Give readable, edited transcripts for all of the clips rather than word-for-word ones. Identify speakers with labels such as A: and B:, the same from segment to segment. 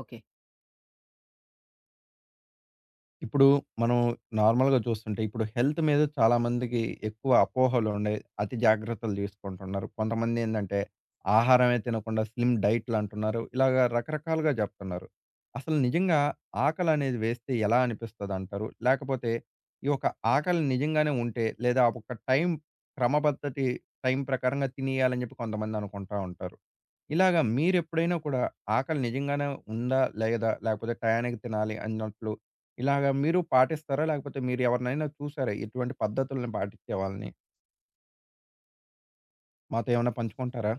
A: Okay.
B: ఇప్పుడు మనం నార్మల్‌గా చూస్తుంటే, ఇప్పుడు హెల్త్ మీద చాలామందికి ఎక్కువ అపోహలు ఉండయి. అతి జాగ్రత్తలు తీసుకుంటున్నారు. కొంతమంది ఏందంటే, ఆహారమే తినకుండా స్లిమ్ డైట్‌లు అంటున్నారు. ఇలాగ రకరకాలుగా జెప్తున్నారు. అసలు నిజంగా ఆకలనేది వేస్తే ఎలా అనిపిస్తదంటారు? లేకపోతే, ఈ యొక్క ఆకలి నిజంగానే ఉంటే, లేదా ఒక టైం క్రమపద్ధతి టైం ప్రకారంగా తినేయాలని జెప్పి కొంతమంది అనుకుంటా ఉంటారు. ఇలాగ మీరెప్పుడైనా కూడా ఆకలి నిజంగానే ఉందా? లేదా? లేకపోతే టయానికి తినాలి అన్నట్లు ఇలాగ మీరు పాటిస్తారా? లేకపోతే మీరు ఎవరినైనా చూసారా? ఇటువంటి పద్ధతుల్ని పాటిచ్చే వాళ్ళని? మాతో ఏమైనా పంచుకుంటారా?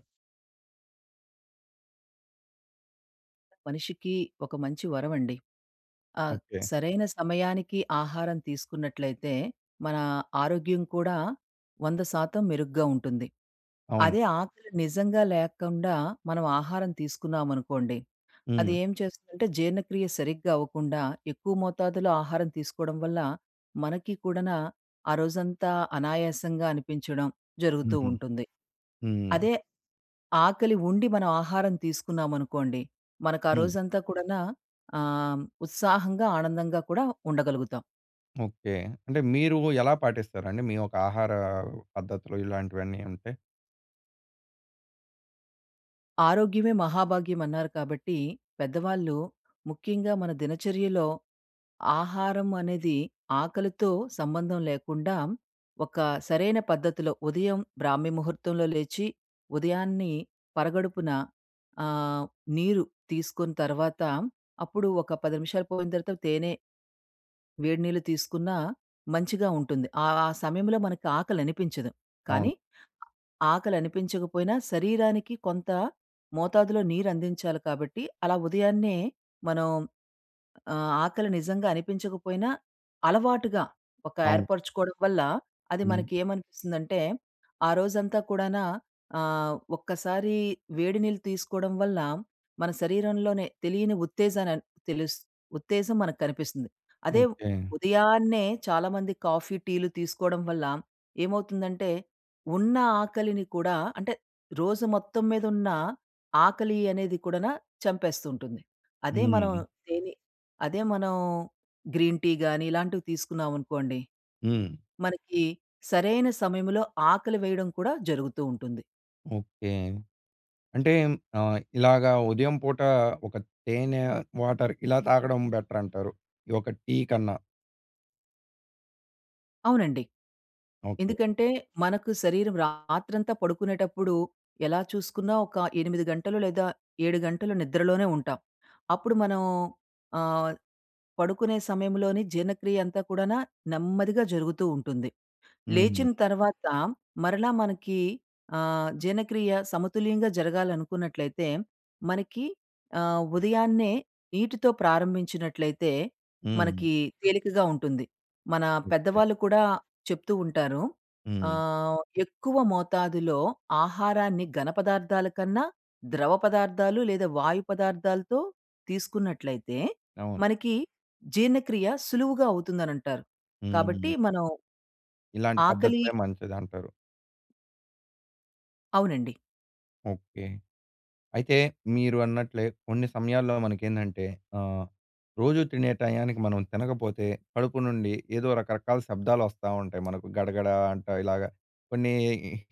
A: మనిషికి ఒక మంచి వరమండి. ఆ
B: ఓకే.
A: సరైన సమయానికి ఆహారం తీసుకున్నట్లయితే, మన ఆరోగ్యం కూడా 100% మెరుగ్గా ఉంటుంది.
B: అవును.
A: అదే ఆకలి నిజంగా లేకుండా మనం ఆహారం తీసుకున్నామనుకోండి, అది
B: హ్మ్.
A: ఏం చేస్తుందంటే, జీర్ణక్రియ సరిగ్గా అవ్వకుండా ఎక్కువ మోతాదులో ఆహారం తీసుకోవడం వల్ల మనకి కూడానా ఆ రోజంతా అనాయాసంగా అనిపించడం జరుగుతూ
B: హుహు.
A: ఉంటుంది.
B: హ్మ్.
A: అదే ఆకలి ఉండి మనం ఆహారం తీసుకున్నామనుకోండి, మనకు ఆ
B: హ్మ్.
A: రోజంతా కూడానా ఆహ్, ఉత్సాహంగా, ఆనందంగా కూడా ఉండగలుగుతాం.
B: ఓకే. అంటే మీరు ఎలా పాటిస్తారండి? మీ యొక్క ఆహార పద్ధతులు ఇలాంటివన్నీ ఉంటే?
A: ఆరోగ్యమే మహాభాగ్యం అన్నారు కాబట్టి పెద్దవాళ్ళు ముఖ్యంగా మన దినచర్యలో ఆహారం అనేది ఆకలితో సంబంధం లేకుండా ఒక సరైన పద్ధతిలో ఉదయం బ్రాహ్మీ ముహూర్తంలో లేచి ఉదయాన్ని పరగడుపున ఆ, నీరు తీసుకున్న తర్వాత అప్పుడు ఒక పది నిమిషాలు పోయిన తర్వాత తేనె వేడి నీళ్ళు తీసుకున్నా మంచిగా ఉంటుంది. ఆ ఆ సమయంలో మనకి ఆకలి అనిపించదు,
B: అవును.
A: కానీ ఆకలి అనిపించకపోయినా శరీరానికి కొంత మోతాదులో నీరు అందించాలి కాబట్టి అలా ఉదయాన్నే మనం ఆకలి నిజంగా అనిపించకపోయినా అలవాటుగా ఒక
B: అవును.
A: ఏర్పరుచుకోవడం వల్ల అది
B: హ్మ్.
A: మనకేమనిపిస్తుందంటే, ఆ రోజంతా కూడానా ఒక్కసారి వేడి నీళ్ళు తీసుకోవడం వల్ల మన శరీరంలోనే తెలియని ఉత్తేజాన్ని తెలుస్ ఉత్తేజం మనకు కనిపిస్తుంది. అదే
B: ఓకే.
A: ఉదయాన్నే చాలామంది కాఫీ, టీలు తీసుకోవడం వల్ల ఏమవుతుందంటే, ఉన్న ఆకలిని కూడా, అంటే రోజు మొత్తం మీద ఉన్న ఆకలి అనేది కూడానా చంపేస్తూ ఉంటుంది. అదే మనం
B: హ్మ్.
A: తేనె అదే మనం గ్రీన్ టీ గాని ఇలాంటివి తీసుకున్నామనుకోండి,
B: హ్మ్.
A: మనకి సరైన సమయంలో ఆకలి వేయడం కూడా జరుగుతూ ఉంటుంది.
B: ఓకే. అంటే ఇలాగ ఉదయం పూట ఒక తేనె, వాటర్ ఇలా తాగడం బెటర్ అంటారు. ఈ ఒక టీ కన్నా.
A: అవునండి.
B: ఓకే.
A: ఎందుకంటే మనకు శరీరం రాత్రంతా పడుకునేటప్పుడు ఎలా చూసుకున్నా ఒక 8 గంటలు లేదా 7 గంటలు నిద్రలోనే ఉంటాం. అప్పుడు మనం ఆహ్, పడుకునే సమయంలోని జీర్ణక్రియ అంతా కూడానా నెమ్మదిగా జరుగుతూ ఉంటుంది.
B: హ్మ్.
A: లేచిన తర్వాత మరలా మనకి జీర్ణక్రియ సమతుల్యంగా జరగాలనుకున్నట్లయితే, మనకి ఉదయాన్నే నీటితో ప్రారంభించినట్లయితే
B: హ్మ్.
A: మనకి తేలికగా ఉంటుంది. మన
B: ఓకే.
A: పెద్దవాళ్ళు కూడా చెప్తూ ఉంటారు.
B: హ్మ్.
A: ఆహ్, ఎక్కువ మోతాదులో ఆహారాన్ని ఘన పదార్థాల కన్నా ద్రవ పదార్థాలు లేదా వాయు పదార్థాలతో తీసుకున్నట్లయితే
B: అవును.
A: మనకి జీర్ణక్రియ సులువుగా అవుతుందనంటారు. కాబట్టి
B: హ్మ్.
A: మనం
B: ఇలాంటి
A: ఆకలి
B: పద్ధతులే మంచిదంటారు.
A: అవునండి.
B: ఓకే. అయితే మీరు అన్నట్లే కొన్ని సమయాల్లో మనకేందంటే ఆహ్, రోజు తినే టయానికి మనం తినకపోతే కడుపు నుండి ఏదో రకరకాల శబ్దాలొస్తా ఉంటాయి. మనకు గడగడ అంట ఇలాగ కొన్ని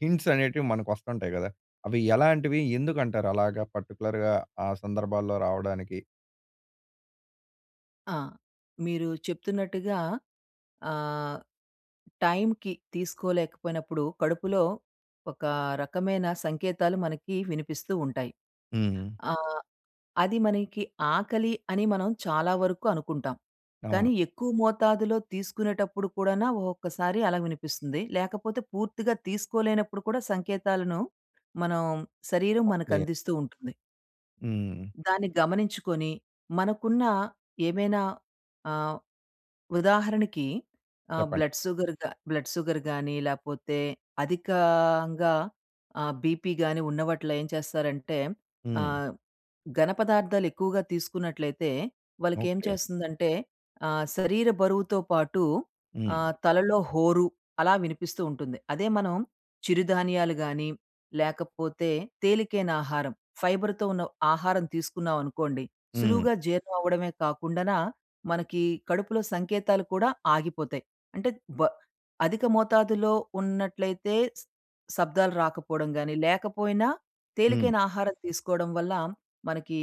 B: హింట్స్ అనేటివి మనకొస్తుంటాయి గదా! అవి ఎలాంటివి? ఎందుకంటారు అలాగా పర్టిక్యులర్‌గా ఆ సందర్భాల్లో రావడానికి?
A: ఆ! మీరు చెప్తున్నట్టుగా ఆహ్, టైంకి తీసుకోలేకపోయినప్పుడు కడుపులో ఒక రకమైన సంకేతాలు మనకి వినిపిస్తూ ఉంటాయి.
B: హ్మ్.
A: ఆహ్, అది మనకి ఆకలి అని మనం చాలా వరకు అనుకుంటాం.
B: అవును.
A: కానీ ఎక్కువ మోతాదులో తీసుకునేటప్పుడు కూడానా ఒక్కొక్కసారి అలా వినిపిస్తుంది. లేకపోతే పూర్తిగా తీసుకోలేనప్పుడు కూడా సంకేతాలను మనం శరీరం
B: ఓకే.
A: మనకందిస్తూ ఉంటుంది.
B: హ్మ్.
A: దాన్ని గమనించుకొని, మనకున్న ఏమైనా, ఆహ్, ఉదాహరణకి
B: చెప్పండి.
A: బ్లడ్ షుగర్ గానీ, లేపోతే అధికంగా బీపీ గానీ ఉన్నవాటిలో ఏం చేస్తారంటే,
B: హ్మ్.
A: ఆహ్, ఘన పదార్థాలు ఎక్కువగా తీసుకున్నట్లయితే, వాళ్ళకేం
B: ఓకే.
A: చేస్తుందంటే శరీర బరువుతో పాటు
B: హ్మ్.
A: తలలో హోరు అలా వినిపిస్తూ ఉంటుంది. అదే మనం చిరుధాన్యాలు గానీ, లేకపోతే తేలికైన ఆహారం, ఫైబర్‌తో ఉన్న ఆహారం తీసుకున్నామనుకోండి,
B: హ్మ్.
A: సులువుగా జీర్ణం అవ్వడమే కాకుండానా, మనకి కడుపులో సంకేతాలు కూడా ఆగిపోతాయి. అంటే బ అధిక మోతాదులో ఉన్నట్లయితే స్ శబ్దాలు రాకపోవడం గాని, లేకపోయినా
B: హ్మ్.
A: తేలికైన ఆహారం తీసుకోవడం వల్ల మనకి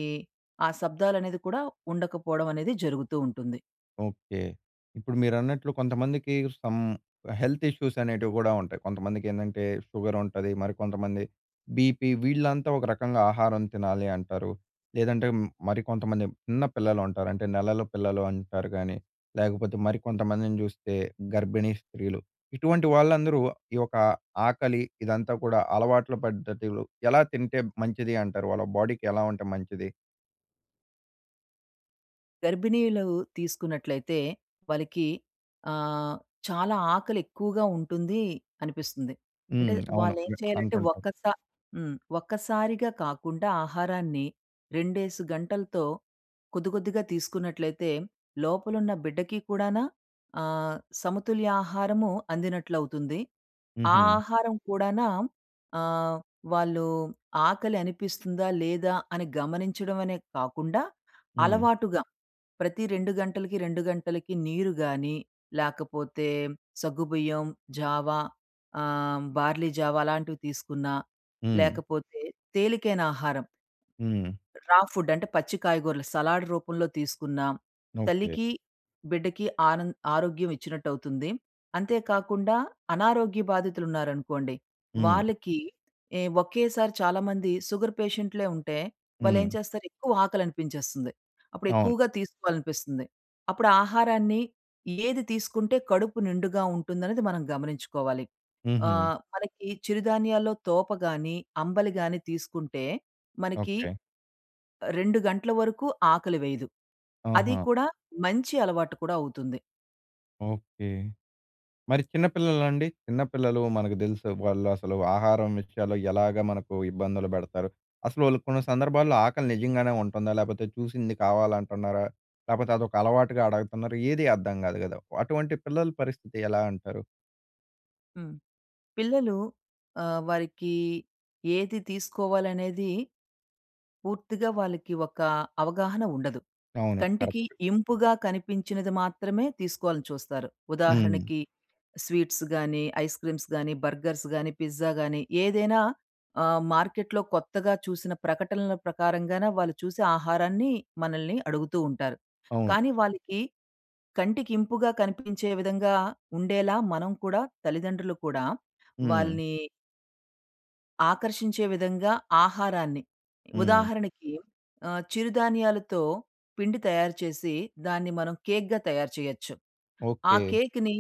A: ఆ శబ్దాలనేది కూడా ఉండకపోవడం అనేది జరుగుతూ ఉంటుంది.
B: ఓకే. ఇప్పుడు మీరన్నట్లు కొంతమందికి సమ్ హెల్త్ ఇష్యూస్ అనేటివి గూడా ఉంటాయి. కొంతమందికేందంటే షుగర్ ఉంటది. మరికొంతమంది బీపీ వీళ్ళంతా ఒక రకంగా ఆహారం తినాలి అంటారు. లేదంటే మరికొంతమంది చిన్న పిల్లలుంటారు. అంటే నెలల పిల్లలు అంటారు గానీ, లేకపోతే మరికొంతమందిని చూస్తే గర్భిణీ స్త్రీలు. ఇటువంటి వాళ్ళందరూ ఈ యొక్క ఆకలి ఇదంతా కూడా అలవాట్ల పద్ధతులు ఎలా తింటే మంచిది అంటారు? వాళ్ళ బాడీకి ఎలా ఉంటే మంచిది?
A: గర్భిణీలు తీసుకున్నట్లయితే వాళ్ళకి ఆహ్, చాలా ఆకలి ఎక్కువగా ఉంటుంది అనిపిస్తుంది. అంటే
B: హ్మ్. అవును.
A: వాళ్ళేం చేయాలంటే
B: అంటుంటారు.
A: ఒక్కసా హ్మ్. ఒక్కసారిగా కాకుండా ఆహారాన్ని 2, 5 గంటలతో కొద్ది కొద్దిగా తీసుకున్నట్లయితే లోపలున్న బిడ్డకి కూడానా ఆహ్, సమతుల్య ఆహారము అందినట్లవుతుంది. ఆ
B: హుహు.
A: ఆహారం కూడానా ఆహ్, వాళ్ళు ఆకలి అనిపిస్తుందా లేదా అని గమనించడం అనే కాకుండా
B: హ్మ్.
A: అలవాటుగా ప్రతి 2 గంటలకి, 2 గంటలకి నీరు గానీ, లేకపోతే సగ్గుబియ్యం, జావా, బార్లీ జావా అలాంటివి తీసుకున్నా,
B: హ్మ్.
A: లేకపోతే తేలికైన ఆహారం.
B: హ్మ్.
A: రా ఫుడ్ అంటే పచ్చి కాయగూరలు సలాడ్ రూపంలో తీసుకున్నా,
B: ఓకే.
A: తల్లికి, బిడ్డకి ఆరోగ్యం ఇచ్చినట్టవుతుంది. అంతే కాకుండా అనారోగ్య బాధితులున్నారనుకోండి,
B: హ్మ్.
A: వాళ్ళకి ఏ ఒకేసారి చాలామంది షుగర్ పేషెంట్‌లే ఉంటే
B: హ్మ్.
A: వాళ్ళేం చేస్తారు, ఎక్కువ ఆకలనిపించేస్తుంది. అప్పుడు
B: అవును.
A: ఎక్కువగా తీసుకోవాలనిపిస్తుంది. అప్పుడు ఆహారాన్ని ఏది తీసుకుంటే కడుపు నిండుగా ఉంటుందనేది మనం గమనించుకోవాలి.
B: హుహు.
A: మనకి చిరుధాన్యాల్లో తోప గాని, అంబలి గాని తీసుకుంటే మనకి
B: ఓకే.
A: 2 గంటల వరకు ఆకలి వేయదు. అది
B: ఆహా!
A: కూడా మంచి అలవాటు కూడా అవుతుంది.
B: ఓకే. మరి చిన్న పిల్లలండి? చిన్న పిల్లలు మనకు తెలుసు. వాళ్ళు అసలు ఆహారం విషయాల్లో ఎలాగా మనకు ఇబ్బందులు పెడతారు. అసలు వాళ్ళకి కొన్ని సందర్భాల్లో ఆకలి నిజంగానే ఉంటుందా? లేకపోతే చూసింది కావాలంటున్నారా? లేకపోతే అదొక అలవాటుగా అడగుతున్నారా? ఏది అర్థం కాదు కదా! అటువంటి పిల్లల పరిస్థితి ఎలా అంటారు?
A: హ్మ్. పిల్లలు వారికి ఏది తీసుకోవాలనేది పూర్తిగా వాళ్ళకి ఒక అవగాహన ఉండదు.
B: అవును.
A: కంటికి
B: కరెక్ట్.
A: ఇంపుగా కనిపించినది మాత్రమే తీసుకోవాలని చూస్తారు.
B: హ్మ్.
A: ఉదాహరణకి స్వీట్స్ గానీ, ఐస్ క్రీమ్స్ గానీ, బర్గర్స్ గానీ, పిజ్జా గానీ ఏదైనా, మార్కెట్‌లో కొత్తగా చూసిన ప్రకటనల ప్రకారంగానే వాళ్ళు చూసి ఆహారాన్ని మనల్ని అడుగుతూ ఉంటారు.
B: అవును.
A: కానీ వాళ్ళకి కంటికి ఇంపుగా కనిపించే విధంగా ఉండేలా మనం కూడా, తల్లిదండ్రులు కూడా,
B: హ్మ్.
A: వాళ్ళని ఆకర్షించే విధంగా ఆహారాన్ని,
B: హ్మ్.
A: ఉదాహరణకి చిరుధాన్యాలతో పిండి తయారు చేసి దాన్ని మనం కేక్‌గా తయారు చేయొచ్చు. ఆ
B: ఓకే.
A: కేక్‌ని,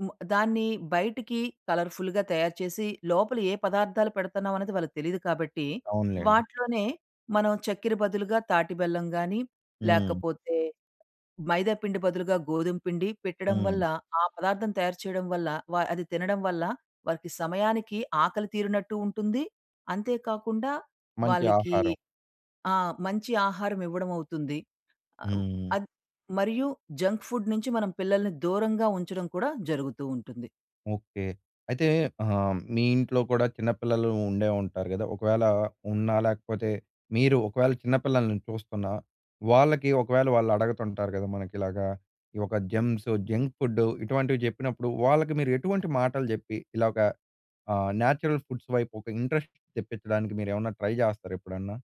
A: హ్మ్, దాన్ని బయటికి కలర్‌ఫుల్‌గా తయారు చేసి లోపల ఏ పదార్థాలు పెడుతున్నాం అనేది వాళ్ళకి తెలీదు కాబట్టి
B: అవునులెండి.
A: వాటిలోనే మనం చక్కెర బదులుగా తాటి బెల్లం గాని,
B: హ్మ్.
A: లేకపోతే మైదా పిండి బదులుగా గోధుమ పిండి పెట్టడం
B: హ్మ్.
A: వల్ల, ఆ పదార్థం తయారు చేయడం వల్ల, అది తినడం వల్ల వారికి సమయానికి ఆకలి తీరినట్టు ఉంటుంది. అంతే కాకుండా
B: మంచి
A: వాళ్ళకి
B: ఆహారం.
A: ఆ! మంచి ఆహారం ఇవ్వడం అవుతుంది. ఆహ్,
B: హ్మ్.
A: అద్ మరియు జంక్ ఫుడ్ నుంచి మనం పిల్లల్ని దూరంగా ఉంచడం కూడా జరుగుతూ ఉంటుంది.
B: ఓకే. అయితే మీ ఇంట్లో కూడా చిన్న పిల్లలు ఉండే ఉంటారు గదా! ఒకవేళ ఉన్నా లేకపోతే మీరు ఒకవేళ చిన్న పిల్లల్ని చూస్తున్నా, వాళ్ళకి ఒకవేళ వాళ్ళు అడగతుంటారు గదా! మనకిలాగా ఈ ఒక జెమ్స్, జంక్ ఫుడ్ ఇటువంటివి జెప్పినప్పుడు వాళ్ళకి మీరు ఎటువంటి మాటలు జెప్పి ఇలాగ నేచురల్ ఫుడ్స్ వైపు ఒక ఇంట్రెస్ట్ తెప్పించడానికి మీరేమన్నా ట్రై జేస్తారా ఎప్పుడన్నా?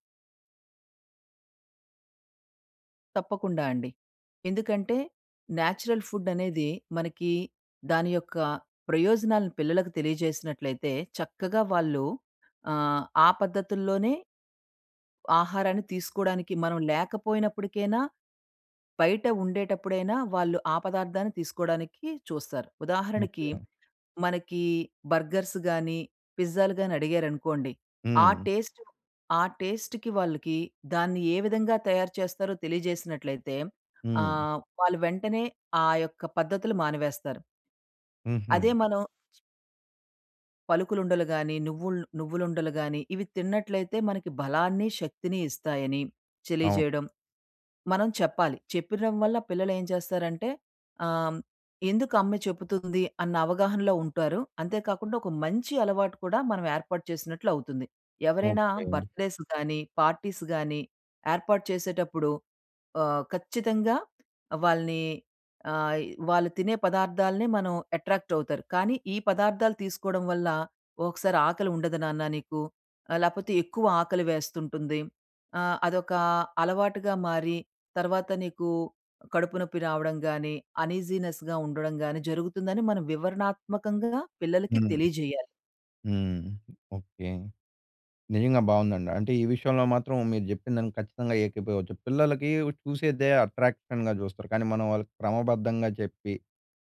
A: తప్పకుండా అండి. ఎందుకంటే నేచురల్ ఫుడ్ అనేది మనకి దాని యొక్క ప్రయోజనాలను పిల్లలకు తెలియజేసినట్లయితే చక్కగా వాళ్ళు ఆ పద్ధతుల్లోనే ఆహారాన్ని తీసుకోడానికి, మనం లేకపోయినప్పటికైనా, బయట ఉండేటప్పుడైనా వాళ్ళు ఆ పదార్థాన్ని తీసుకోడానికి చూస్తారు. ఉదాహరణకి
B: ఓకే.
A: మనకి బర్గర్స్ గానీ, పిజ్జాలు గానీ అడిగారనుకోండి. ఆ
B: హ్మ్.
A: టేస్ట్ ఆ టేస్ట్‌కి వాళ్ళకి దాన్ని ఏ విధంగా తయారు చేస్తారో తెలియజేసినట్లయితే
B: హ్మ్.
A: వాళ్ళు వెంటనే ఆ యొక్క పద్ధతులు మానివేస్తారు.
B: హుహు.
A: అదే మనం పలుకులుండలు గానీ, నువ్వులుండలు గానీ, ఇవి తిన్నట్లయితే మనకి బలాన్ని, శక్తిని ఇస్తాయని
B: అవును.
A: తెలియజేయడం. మనం చెప్పాలి. చెప్పడం వల్ల పిల్లలేం చేస్తారంటే, ఆహ్, ఎందుకు అమ్మ చెబుతుంది అన్న అవగాహనలో ఉంటారు. అంతే కాకుండా ఒక మంచి అలవాటు కూడా మనం ఏర్పాటు చేసినట్లు అవుతుంది. ఎవరైనా
B: ఓకే.
A: బర్త్‌డేస్ గానీ, పార్టీస్ గానీ ఏర్పాటు చేసేటప్పుడు ఖచ్చితంగా వాళ్ళని, ఆహ్, వాళ్ళు తినే పదార్థాలనే మనం అట్రాక్ట్ అవుతారు. కానీ ఈ పదార్థాలు తీసుకోవడం వల్ల ఒకసారి ఆకలి ఉండదు నాన్న నీకు. లేకపోతే ఎక్కువ ఆకలి వేస్తుంటుంది. అదొక అలవాటుగా మారి తర్వాత నీకు కడుపు నొప్పి రావడం గాని, అనీజీనెస్‌గా ఉండడం గాని జరుగుతుందని మనం వివరణాత్మకంగా పిల్లలకి
B: హ్మ్.
A: తెలియజేయాలి.
B: హ్మ్. ఓకే. నిజంగా బావుందండి. అంటే ఈ విషయంలో మాత్రం మీరు జెప్పిందానికి ఖచ్చితంగా ఏకీభవించవచ్చు. పిల్లలకి చూసేదే అట్రాక్షన్‌గా జూస్తారు. కానీ మనం వాళ్ళకి క్రమబద్ధంగా చెప్పి,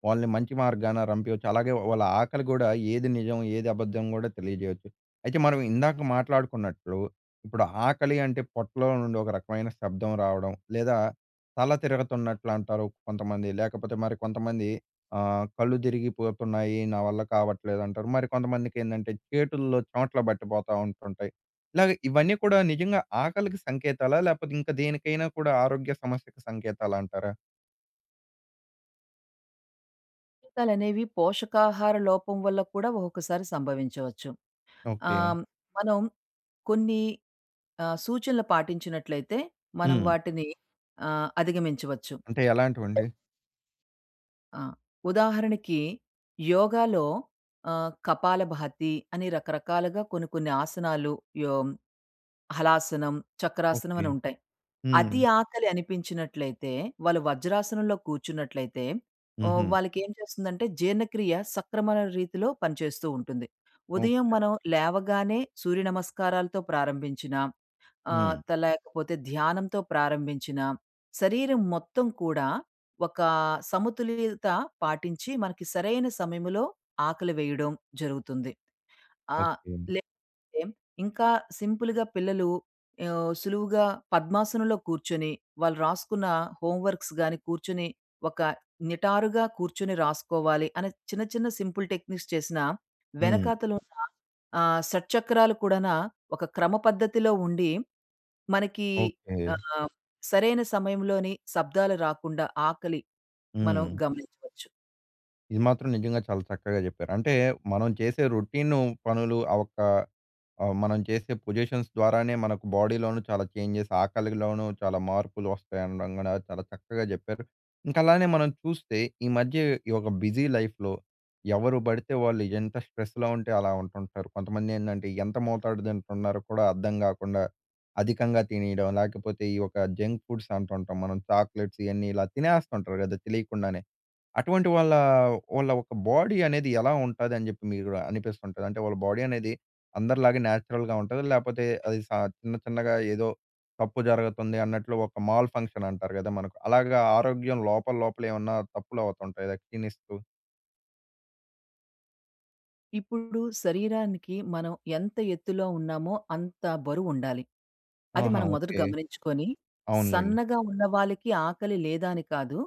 B: వాళ్ళని మంచి మార్గాన రంపియవచ్చు. అలాగే వాళ్ళ ఆకలి గూడా ఏది నిజం, ఏది అబద్ధం గూడా తెలియజేయొచ్చు. అయితే మనం ఇందాక మాట్లాడుకున్నట్లు ఇప్పుడు ఆకలి అంటే పొట్టలో నుండి ఒక రకమైన శబ్దం రావడం, లేదా తల తిరగతున్నట్లు అంటారు కొంతమంది. లేకపోతే మరి కొంతమంది కళ్ళు తిరిగిపోతున్నాయి, నా వల్ల కావట్లేదంటారు. మరి కొంతమందికేందంటే చేతుల్లో చెమటలు బట్టిపోతా ఉంటుంటాయి. ఇలాగ ఇవన్నీ కూడా నిజంగా ఆకలికి సంకేతాలా? లేపోతే ఇంకా దేనికైనా కూడా ఆరోగ్య సమస్యకి సంకేతాలా అంటారా?
A: జీవితాలు అనేవి పోషకాహార లోపం వల్ల కూడా ఒక్కొక్కసారి సంభవించవచ్చు.
B: ఓకే.
A: ఆహ్, మనం కొన్ని సూచనలు పాటించినట్లయితే మనం
B: హ్మ్.
A: వాటిని అధిగమించవచ్చు.
B: అంటే ఎలాంటివండి?
A: ఆ! ఉదాహరణకి యోగాలో కపాలభాతి అని రకరకాలుగా కొన్ని కొన్ని ఆసనాలు, యో హలాసనం, చక్రాసనం
B: ఓకే.
A: అని ఉంటాయి.
B: హ్మ్.
A: అతి ఆకలి అనిపించినట్లయితే, వాళ్ళు వజ్రాసనంలో కూర్చున్నట్లయితే
B: హుహు.
A: వాళ్ళకేం చేస్తుందంటే జీర్ణక్రియ సక్రమణ రీతిలో పనిచేస్తూ ఉంటుంది. ఉదయం
B: ఓకే.
A: మనం లేవగానే సూర్య నమస్కారాలతో ప్రారంభించినా, ఆహ్,
B: హ్మ్.
A: త లేకపోతే ధ్యానంతో ప్రారంభించినా, శరీరం మొత్తం కూడా ఒక సమతుల్యత పాటించి మనకి సరైన సమయంలో ఆకలి వేయడం జరుగుతుంది. ఆ!
B: ఓకే.
A: అంటే ఇంకా సింపుల్‌గా పిల్లలు సులువుగా పద్మాసనంలో కూర్చొని, వాళ్ళు రాసుకున్న హోంవర్క్స్ గాని కూర్చొని, ఒక నిటారుగా కూర్చొని రాసుకోవాలి అనే చిన్న చిన్న సింపుల్ టెక్నిక్స్ చేసినా,
B: హ్మ్.
A: వెనకాతలున్న షట్‌చక్రాలు కూడాన ఒక క్రమ పద్ధతిలో ఉండి, మనకి
B: ఓకే.
A: ఆహ్, సరైన సమయంలోని శబ్దాలు రాకుండా ఆకలి మనం
B: హ్మ్.
A: గమనించవచ్చు.
B: ఇది మాత్రం నిజంగా చాలా చక్కగా జెప్పారు. అంటే మనం చేసే రొటీను పనులు ఆ ఒక్క ఆ! మనం చేసే పొజిషన్స్ ద్వారానే మనకు బాడీలోనూ చాలా చేంజెస్, ఆకలిలోనూ చాలా మార్పులు వస్తాయనడం గూడా చాలా చక్కగా జెప్పారు. ఇంకా అలానే మనం చూస్తే ఈ మధ్య ఈ ఒక బిజీ లైఫ్‌లో ఎవరు బడితే వాళ్ళు ఎంత స్ట్రెస్‌లో ఉంటే అలా ఉంటుంటారు. కొంతమందేందంటే ఎంత మోతాదు తింటున్నారో కూడా అర్థం గాకుండా అధికంగా తినేయడం, లేకపోతే ఈ యొక్క జంక్ ఫుడ్స్ అంటుంటాం మనం చాక్లెట్స్ ఇయన్నీ ఇలా తినేస్తుంటారు గదా! తెలియకుండానే. అటువంటి వాళ్ళ ఒక బాడీ అనేది ఎలా ఉంటదని జెప్పి మీరు అనిపిస్తుంటది? అంటే వాళ్ళ బాడీ అనేది అందరిలాగే నేచురల్‌గా ఉంటదా? లేపోతే అది చిన్న చిన్నగా ఏదో తప్పు జరుగుతుంది అన్నట్లు ఒక మాల్ ఫంక్షన్ అంటారు గదా! మనకు. అలాగా ఆరోగ్యం లోపల లోపల ఏమన్నా తప్పులు అవుతుంటాయా క్షీణిస్తూ?
A: ఇప్పుడు శరీరానికి మనం ఎంత ఎత్తులో ఉన్నామో అంత బరువుండాలి. అది
B: ఆహా!
A: మనం మొదట
B: ఓకే.
A: గమనించుకొని,
B: అవునులెండి.
A: సన్నగా ఉన్న వాళ్ళకి ఆకలి లేదా అని కాదు.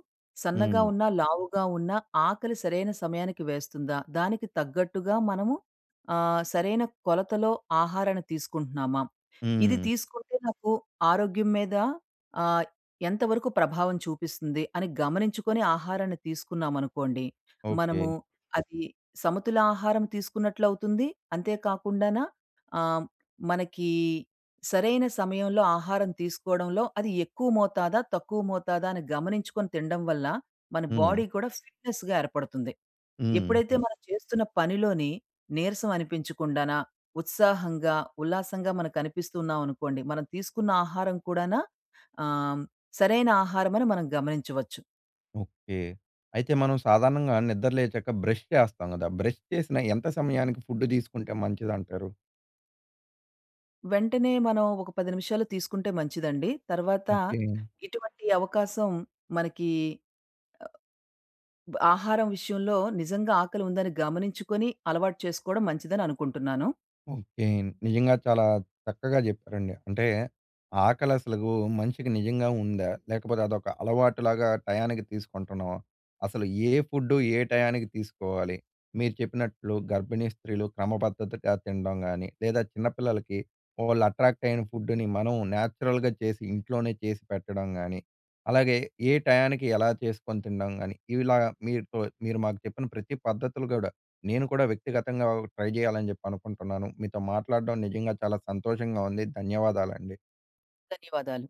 A: సన్నగా
B: హ్మ్.
A: ఉన్నా, లావుగా ఉన్నా ఆకలి సరైన సమయానికి వేస్తుందా? దానికి తగ్గట్టుగా మనము సరైన కొలతలో ఆహారాన్ని తీసుకుంటున్నామా? ఇది
B: హ్మ్.
A: తీసుకుంటే నాకు ఆరోగ్యం మీద ఆహ్, ఎంతవరకు ప్రభావం చూపిస్తుంది అని గమనించుకొని ఆహారాన్ని తీసుకున్నామనుకోండి,
B: ఓకే.
A: మనము అది సమతులాహారం తీసుకున్నట్లవుతుంది. అంతే కాకుండాన ఆహ్, మనకి సరైన సమయంలో ఆహారం తీసుకోవడంలో అది ఎక్కువ మోతాదా, తక్కువ మోతాదా అని గమనించుకొని తినడం వల్ల మన
B: హ్మ్.
A: బాడీ కూడా ఫిట్‌నెస్‌గా ఏర్పడుతుంది.
B: హ్మ్.
A: ఎప్పుడైతే మనం చేస్తున్న పనిలోని నీరసం అనిపించకుండాన, ఉత్సాహంగా, ఉల్లాసంగా మనకు కనిపిస్తున్నామనుకోండి, మనం తీసుకున్న ఆహారం కూడాన ఆహ్, సరైన ఆహారం అని మనం గమనించవచ్చు.
B: ఓకే. అయితే మనం సాధారణంగా నిద్ర లేచాక బ్రష్ చేస్తాం గదా! బ్రష్ చేసిన ఎంత సమయానికి ఫుడ్ తీసుకుంటే మంచిదంటారు?
A: వెంటనే మనం ఒక 10 నిమిషాలు తీసుకుంటే మంచిదండి. తర్వాత
B: ఓకే.
A: ఇటువంటి అవకాశం మనకి ఆహారం విషయంలో నిజంగా ఆకలి ఉందని గమనించుకొని అలవాటు చేసుకోవడం మంచిదని అనుకుంటున్నాను.
B: ఓకే. నిజంగా చాలా చక్కగా జెప్పారండి. అంటే ఆకలసలు మనిషికి నిజంగా ఉందా? లేకపోతే అదొక అలవాటులాగా టయానికి తీసుకుంటున్నామా? అసలు ఏ ఫుడ్డు ఏ టయానికి తీసుకోవాలి? మీరు చెప్పినట్లు గర్భిణీ స్త్రీలు క్రమపద్ధతిగా తినడం గాని, లేదా చిన్న పిల్లలకి వాళ్ళు అట్రాక్ట్ అయిన ఫుడ్‌ని మనం నేచురల్‌గా చేసి ఇంట్లోనే చేసి పెట్టడం గాని, అలాగే ఏ టయానికి ఎలా చేసుకొని తినడం గాని, ఇలా మీరుతో మీరు మాకు చెప్పిన ప్రతి పద్ధతులు గూడా నేను కూడా వ్యక్తిగతంగా ట్రై చేయాలని చెప్పి అనుకుంటున్నాను. మీతో మాట్లాడడం నిజంగా చాలా సంతోషంగా ఉంది. ధన్యవాదాలండి.
A: ధన్యవాదాలు.